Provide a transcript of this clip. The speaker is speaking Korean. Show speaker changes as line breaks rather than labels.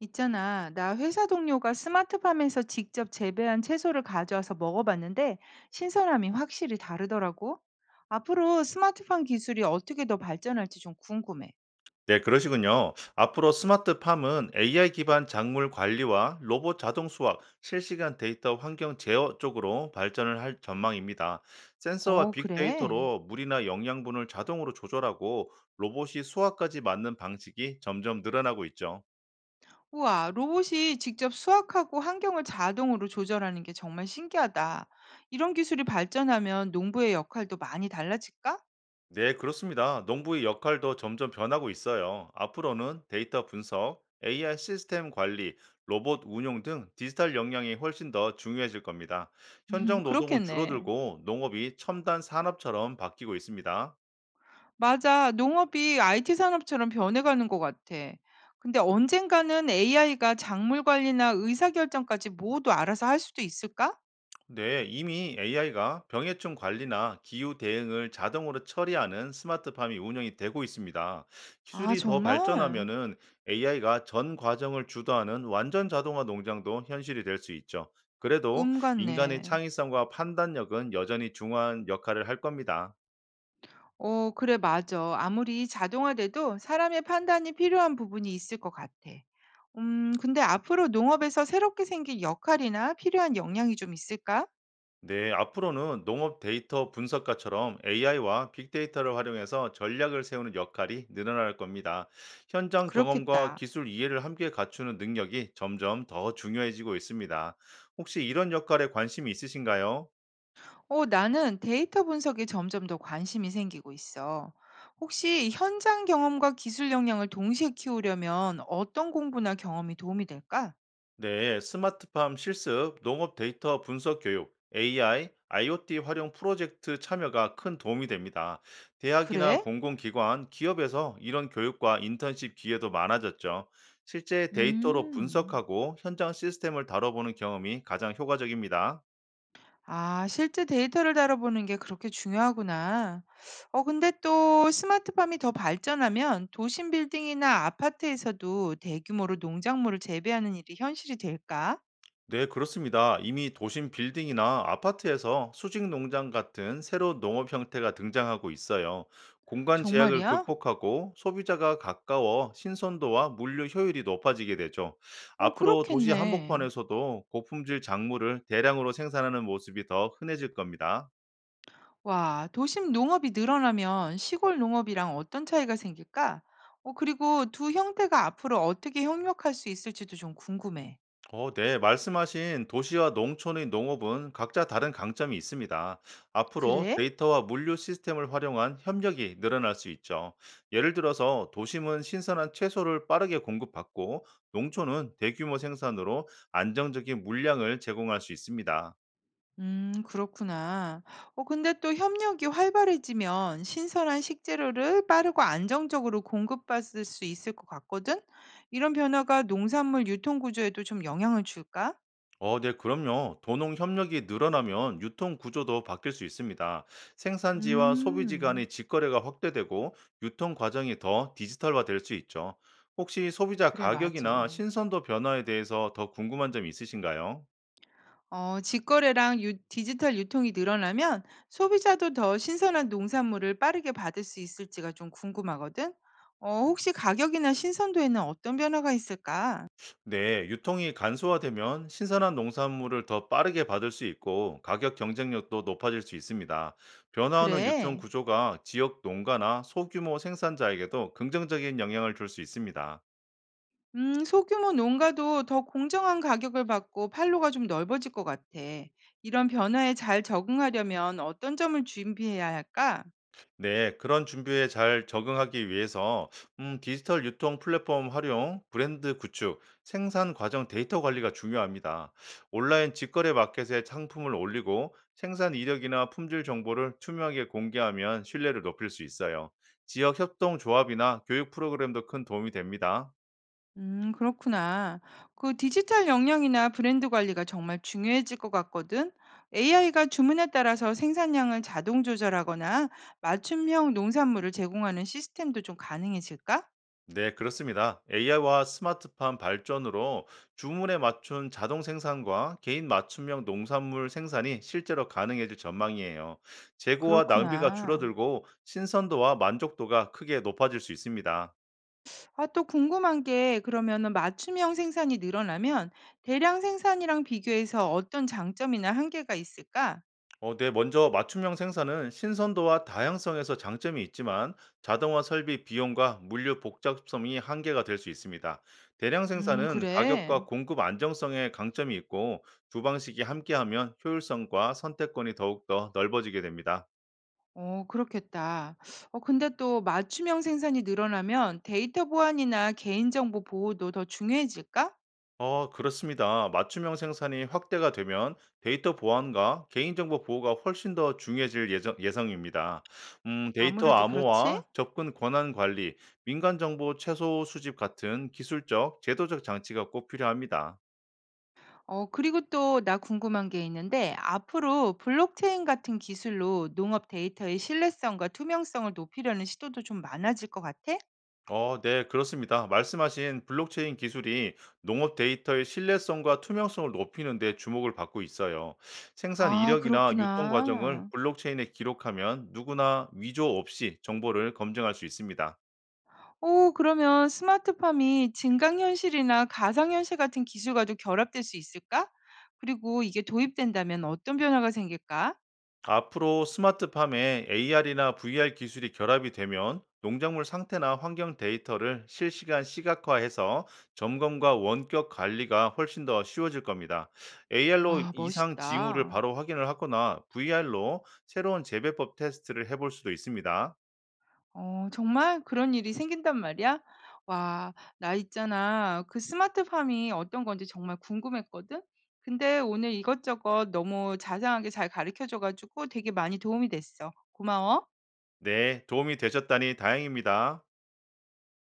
있잖아, 나 회사 동료가 스마트팜에서 직접 재배한 채소를 가져와서 먹어봤는데 신선함이 확실히 다르더라고. 앞으로 스마트팜 기술이 어떻게 더 발전할지 좀 궁금해.
네, 그러시군요. 앞으로 스마트팜은 AI 기반 작물 관리와 로봇 자동 수확, 실시간 데이터 환경 제어 쪽으로 발전을 할 전망입니다. 센서와
어, 그래.
빅데이터로 물이나 영양분을 자동으로 조절하고 로봇이 수확까지 맞는 방식이 점점 늘어나고 있죠.
우와, 로봇이 직접 수확하고 환경을 자동으로 조절하는 게 정말 신기하다. 이런 기술이 발전하면 농부의 역할도 많이 달라질까?
네, 그렇습니다. 농부의 역할도 점점 변하고 있어요. 앞으로는 데이터 분석, AI 시스템 관리, 로봇 운용 등 디지털 역량이 훨씬 더 중요해질 겁니다. 현장 노동은
그렇겠네.
줄어들고 농업이 첨단 산업처럼 바뀌고 있습니다.
맞아. 농업이 IT 산업처럼 변해가는 것 같아. 근데 언젠가는 AI가 작물 관리나 의사결정까지 모두 알아서 할 수도 있을까?
네, 이미 AI가 병해충 관리나 기후 대응을 자동으로 처리하는 스마트팜이 운영이 되고 있습니다.
아,
기술이 더
정말?
발전하면은 AI가 전 과정을 주도하는 완전 자동화 농장도 현실이 될 수 있죠. 그래도
꿈
인간의
같네.
창의성과 판단력은 여전히 중요한 역할을 할 겁니다.
어, 그래, 맞아. 아무리 자동화돼도 사람의 판단이 필요한 부분이 있을 것 같아. 근데 앞으로 농업에서 새롭게 생긴 역할이나 필요한 역량이 좀 있을까?
네, 앞으로는 농업 데이터 분석가처럼 AI와 빅데이터를 활용해서 전략을 세우는 역할이 늘어날 겁니다. 현장 경험과
그렇겠다.
기술 이해를 함께 갖추는 능력이 점점 더 중요해지고 있습니다. 혹시 이런 역할에 관심이 있으신가요?
어, 나는 데이터 분석에 점점 더 관심이 생기고 있어. 혹시 현장 경험과 기술 역량을 동시에 키우려면 어떤 공부나 경험이 도움이 될까?
네, 스마트팜 실습, 농업 데이터 분석 교육, AI, IoT 활용 프로젝트 참여가 큰 도움이 됩니다. 대학이나
그래?
공공기관, 기업에서 이런 교육과 인턴십 기회도 많아졌죠. 실제 데이터로
음,
분석하고 현장 시스템을 다뤄보는 경험이 가장 효과적입니다.
아, 실제 데이터를 다뤄보는 게 그렇게 중요하구나. 어, 근데 또 스마트팜이 더 발전하면 도심 빌딩이나 아파트에서도 대규모로 농작물을 재배하는 일이 현실이 될까?
네, 그렇습니다. 이미 도심 빌딩이나 아파트에서 수직 농장 같은 새로운 농업 형태가 등장하고 있어요. 공간 제약을
정말이야?
극복하고 소비자가 가까워 신선도와 물류 효율이 높아지게 되죠.
어,
앞으로 도시
그렇겠네.
한복판에서도 고품질 작물을 대량으로 생산하는 모습이 더 흔해질 겁니다.
와, 도심 농업이 늘어나면 시골 농업이랑 어떤 차이가 생길까? 어, 그리고 두 형태가 앞으로 어떻게 협력할 수 있을지도 좀 궁금해.
어, 네. 말씀하신 도시와 농촌의 농업은 각자 다른 강점이 있습니다. 앞으로
그래?
데이터와 물류 시스템을 활용한 협력이 늘어날 수 있죠. 예를 들어서 도심은 신선한 채소를 빠르게 공급받고 농촌은 대규모 생산으로 안정적인 물량을 제공할 수 있습니다.
그렇구나. 어, 근데 또 협력이 활발해지면 신선한 식재료를 빠르고 안정적으로 공급받을 수 있을 것 같거든? 이런 변화가 농산물 유통 구조에도 좀 영향을 줄까?
어, 네, 그럼요. 도농 협력이 늘어나면 유통 구조도 바뀔 수 있습니다. 생산지와 소비지
음,
간의 직거래가 확대되고 유통 과정이 더 디지털화 될 수 있죠. 혹시 소비자
그래,
가격이나
맞아.
신선도 변화에 대해서 더 궁금한 점 있으신가요?
어, 디지털 유통이 늘어나면 소비자도 더 신선한 농산물을 빠르게 받을 수 있을지가 좀 궁금하거든. 어, 혹시 가격이나 신선도에는 어떤 변화가 있을까?
네, 유통이 간소화되면 신선한 농산물을 더 빠르게 받을 수 있고 가격 경쟁력도 높아질 수 있습니다. 변화하는 유통
그래.
구조가 지역 농가나 소규모 생산자에게도 긍정적인 영향을 줄 수 있습니다.
소규모 농가도 더 공정한 가격을 받고 판로가 좀 넓어질 것 같아. 이런 변화에 잘 적응하려면 어떤 점을 준비해야 할까?
네, 그런 준비에 잘 적응하기 위해서 디지털 유통 플랫폼 활용, 브랜드 구축, 생산 과정 데이터 관리가 중요합니다. 온라인 직거래 마켓에 상품을 올리고 생산 이력이나 품질 정보를 투명하게 공개하면 신뢰를 높일 수 있어요. 지역 협동 조합이나 교육 프로그램도 큰 도움이 됩니다.
그렇구나. 그 디지털 역량이나 브랜드 관리가 정말 중요해질 것 같거든. AI가 주문에 따라서 생산량을 자동 조절하거나 맞춤형 농산물을 제공하는 시스템도 좀 가능해질까?
네, 그렇습니다. AI와 스마트팜 발전으로 주문에 맞춘 자동 생산과 개인 맞춤형 농산물 생산이 실제로 가능해질 전망이에요. 재고와 낭비가
그렇구나.
줄어들고 신선도와 만족도가 크게 높아질 수 있습니다.
아, 또 궁금한 게 그러면은 맞춤형 생산이 늘어나면 대량 생산이랑 비교해서 어떤 장점이나 한계가 있을까?
어, 네. 먼저 맞춤형 생산은 신선도와 다양성에서 장점이 있지만 자동화 설비 비용과 물류 복잡성이 한계가 될 수 있습니다. 대량 생산은
그래.
가격과 공급 안정성에 강점이 있고 두 방식이 함께하면 효율성과 선택권이 더욱더 넓어지게 됩니다.
어, 그렇겠다. 어, 근데 또 맞춤형 생산이 늘어나면 데이터 보안이나 개인정보 보호도 더 중요해질까?
어, 그렇습니다. 맞춤형 생산이 확대가 되면 데이터 보안과 개인정보 보호가 훨씬 더 중요해질 예정, 예상입니다. 데이터
아무래도 그렇지?
암호화, 접근 권한 관리, 민간 정보 최소 수집 같은 기술적, 제도적 장치가 꼭 필요합니다.
어, 그리고 또 나 궁금한 게 있는데, 앞으로 블록체인 같은 기술로 농업 데이터의 신뢰성과 투명성을 높이려는 시도도 좀 많아질 것 같아?
어, 네, 그렇습니다. 말씀하신 블록체인 기술이 농업 데이터의 신뢰성과 투명성을 높이는 데 주목을 받고 있어요. 생산
아,
이력이나 유통 과정을
그렇구나.
블록체인에 기록하면 누구나 위조 없이 정보를 검증할 수 있습니다.
오, 그러면 스마트팜이 증강현실이나 가상현실 같은 기술과도 결합될 수 있을까? 그리고 이게 도입된다면 어떤 변화가 생길까?
앞으로 스마트팜에 AR이나 VR 기술이 결합이 되면 농작물 상태나 환경 데이터를 실시간 시각화해서 점검과 원격 관리가 훨씬 더 쉬워질 겁니다. AR로
와
이상 징후를
멋있다.
바로 확인을 하거나 VR로 새로운 재배법 테스트를 해볼 수도 있습니다.
어 정말 그런 일이 생긴단 말이야? 와 나 있잖아. 그 스마트팜이 어떤 건지 정말 궁금했거든. 근데 오늘 이것저것 너무 자세하게 잘 가르쳐 줘 가지고 되게 많이 도움이 됐어. 고마워.
네, 도움이 되셨다니 다행입니다.